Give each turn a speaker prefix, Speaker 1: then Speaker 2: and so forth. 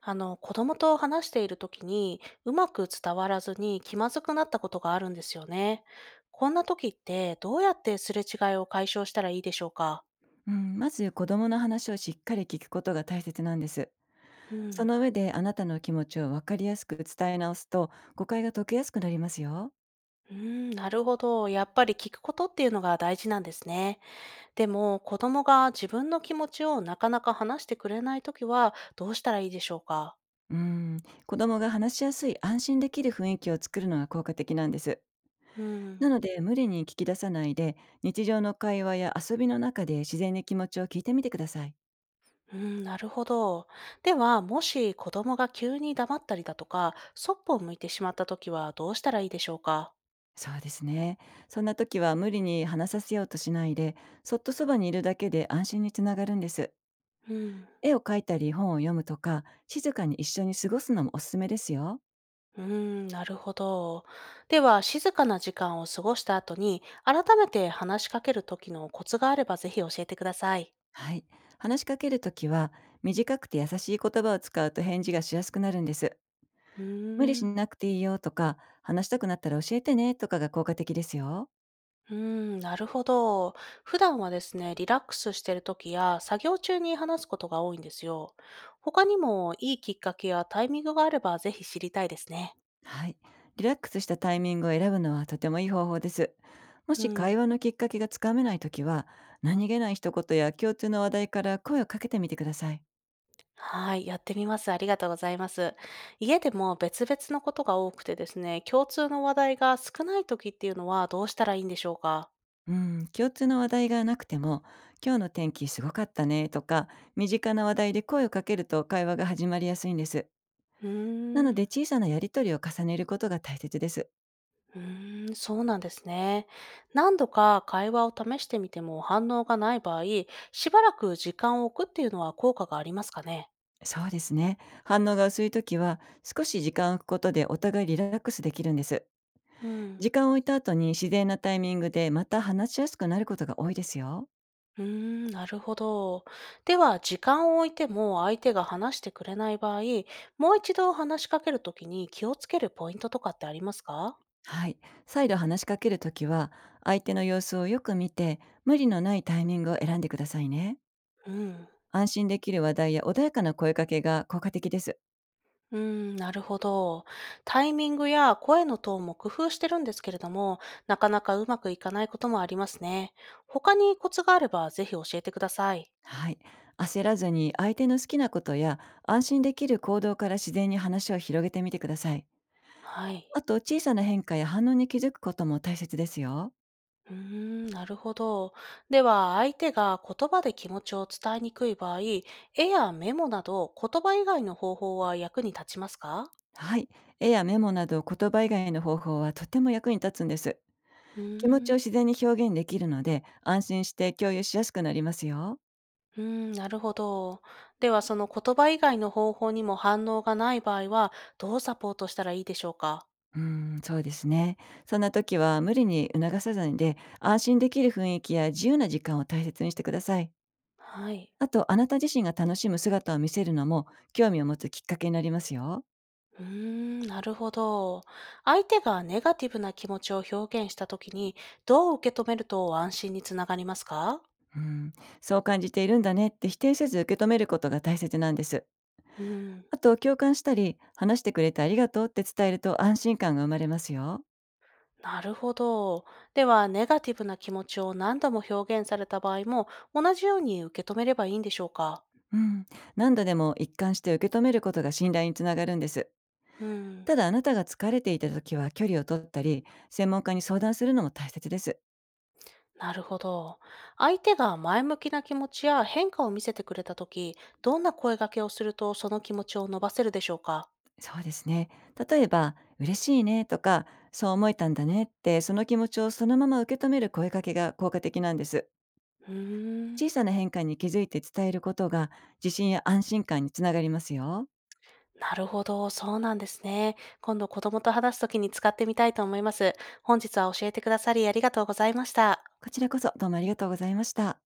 Speaker 1: 子供と話しているときに、うまく伝わらずに気まずくなったことがあるんですよね。こんな時って、どうやってすれ違いを解消したらいいでしょうか？
Speaker 2: うん、まず子供の話をしっかり聞くことが大切なんです。
Speaker 1: う
Speaker 2: そ
Speaker 1: ん。
Speaker 2: の上であなたの気持ちを分かりやすく伝え直すと、誤解が解けやすくなりますよ。
Speaker 1: うん、なるほど。やっぱり聞くことっていうのが大事なんですね。でも、子供が自分の気持ちをなかなか話してくれないときは、どうしたらいいでしょうか？
Speaker 2: うん、子供が話しやすい安心できる雰囲気を作るのが効果的なんです。
Speaker 1: うん。
Speaker 2: なので、無理に聞き出さないで、日常の会話や遊びの中で自然に気持ちを聞いてみてください。
Speaker 1: うん、なるほど。では、もし子供が急に黙ったりだとか、そっぽを向いてしまったときは、どうしたらいいでしょうか？
Speaker 2: そうですね。そんな時は無理に話させようとしないで、そっとそばにいるだけで安心につながるんです。
Speaker 1: うん。
Speaker 2: 絵を描いたり本を読むとか、静かに一緒に過ごすのもおすすめですよ。
Speaker 1: うーん、なるほど。では、静かな時間を過ごした後に、改めて話しかける時のコツがあれば、ぜひ教えてください。
Speaker 2: はい。話しかけるときは、短くて優しい言葉を使うと返事がしやすくなるんです。
Speaker 1: うー
Speaker 2: 無理し
Speaker 1: ん、
Speaker 2: なくていいよとか、話したくなったら教えてねとかが効果的ですよ。
Speaker 1: うーん、なるほど。普段はですね、リラックスしてる時や、作業中に話すことが多いんですよ。他にも、いいきっかけやタイミングがあれば、ぜひ知りたいですね。
Speaker 2: はい。リラックスしたタイミングを選ぶのは、とてもいい方法です。も
Speaker 1: う
Speaker 2: し会
Speaker 1: ん。
Speaker 2: 話のきっかけがつかめないときは、何気ない一言や共通の話題から声をかけてみてください。
Speaker 1: はい、やってみます。ありがとうございます。家でも別々のことが多くてですね、共通の話題が少ない時っていうのはどうしたらいいんでしょうか？
Speaker 2: うん、共通の話題がなくても、「今日の天気すごかったね」とか、身近な話題で声をかけると会話が始まりやすいんです。
Speaker 1: う
Speaker 2: なの
Speaker 1: ーん、
Speaker 2: で、小さなやりとりを重ねることが大切です。
Speaker 1: うーん、そうなんですね。何度か会話を試してみても反応がない場合、しばらく時間を置くっていうのは効果がありますかね？
Speaker 2: そうですね。反応が薄い時は、少し時間を置くことでお互いリラックスできるんです。
Speaker 1: うん。
Speaker 2: 時間を置いた後に自然なタイミングで、また話しやすくなることが多いですよ。
Speaker 1: うーん、なるほど。では、時間を置いても相手が話してくれない場合、もう一度話しかける時に気をつけるポイントとかってありますか？
Speaker 2: はい。再度話しかけるときは、相手の様子をよく見て、無理のないタイミングを選んでくださいね。
Speaker 1: うん。
Speaker 2: 安心できる話題や穏やかな声かけが効果的です。
Speaker 1: うーん、なるほど。タイミングや声のトーンも工夫してるんですけれども、なかなかうまくいかないこともありますね。他にコツがあればぜひ教えてください。
Speaker 2: はい。焦らずに、相手の好きなことや安心できる行動から、自然に話を広げてみてください。
Speaker 1: は
Speaker 2: あ
Speaker 1: い。
Speaker 2: と、小さな変化や反応に気づくことも大切ですよ。
Speaker 1: うーん、なるほど。では、相手が言葉で気持ちを伝えにくい場合、絵やメモなど言葉以外の方法は役に立ちますか？
Speaker 2: はい。絵やメモなど言葉以外の方法は、とても役に立つんです。
Speaker 1: うー
Speaker 2: 気持ちを
Speaker 1: ん、
Speaker 2: 自然に表現できるので、安心して共有しやすくなりますよ。
Speaker 1: うーん、なるほど。では、その言葉以外の方法にも反応がない場合は、どうサポートしたらいいでしょうか？
Speaker 2: うーん、そうですね。そんな時は無理に促さずに、で、安心できる雰囲気や自由な時間を大切にしてください。
Speaker 1: はい。
Speaker 2: あと、あなた自身が楽しむ姿を見せるのも、興味を持つきっかけになりますよ。
Speaker 1: うーん、なるほど。相手がネガティブな気持ちを表現したときに、どう受け止めると安心につながりますか？
Speaker 2: うん、そう感じているんだねって否定せず受け止めることが大切なんです。
Speaker 1: うん、
Speaker 2: あと、共感したり、話してくれてありがとうって伝えると安心感が生まれますよ。
Speaker 1: なるほど。では、ネガティブな気持ちを何度も表現された場合も、同じように受け止めればいいんでしょうか？
Speaker 2: うん、何度でも一貫して受け止めることが信頼につながるんです。
Speaker 1: うん、
Speaker 2: ただ、あなたが疲れていた時は距離を取ったり、専門家に相談するのも大切です。
Speaker 1: なるほど。相手が前向きな気持ちや変化を見せてくれたとき、どんな声掛けをするとその気持ちを伸ばせるでしょうか？
Speaker 2: そうですね。例えば、嬉しいねとか、そう思えたんだねって、その気持ちをそのまま受け止める声かけが効果的なんです。
Speaker 1: うーん。
Speaker 2: 小さな変化に気づいて伝えることが、自信や安心感につながりますよ。
Speaker 1: なるほど、そうなんですね。今度子供と話すときに使ってみたいと思います。本日は教えてくださりありがとうございました。
Speaker 2: こちらこそ、どうもありがとうございました。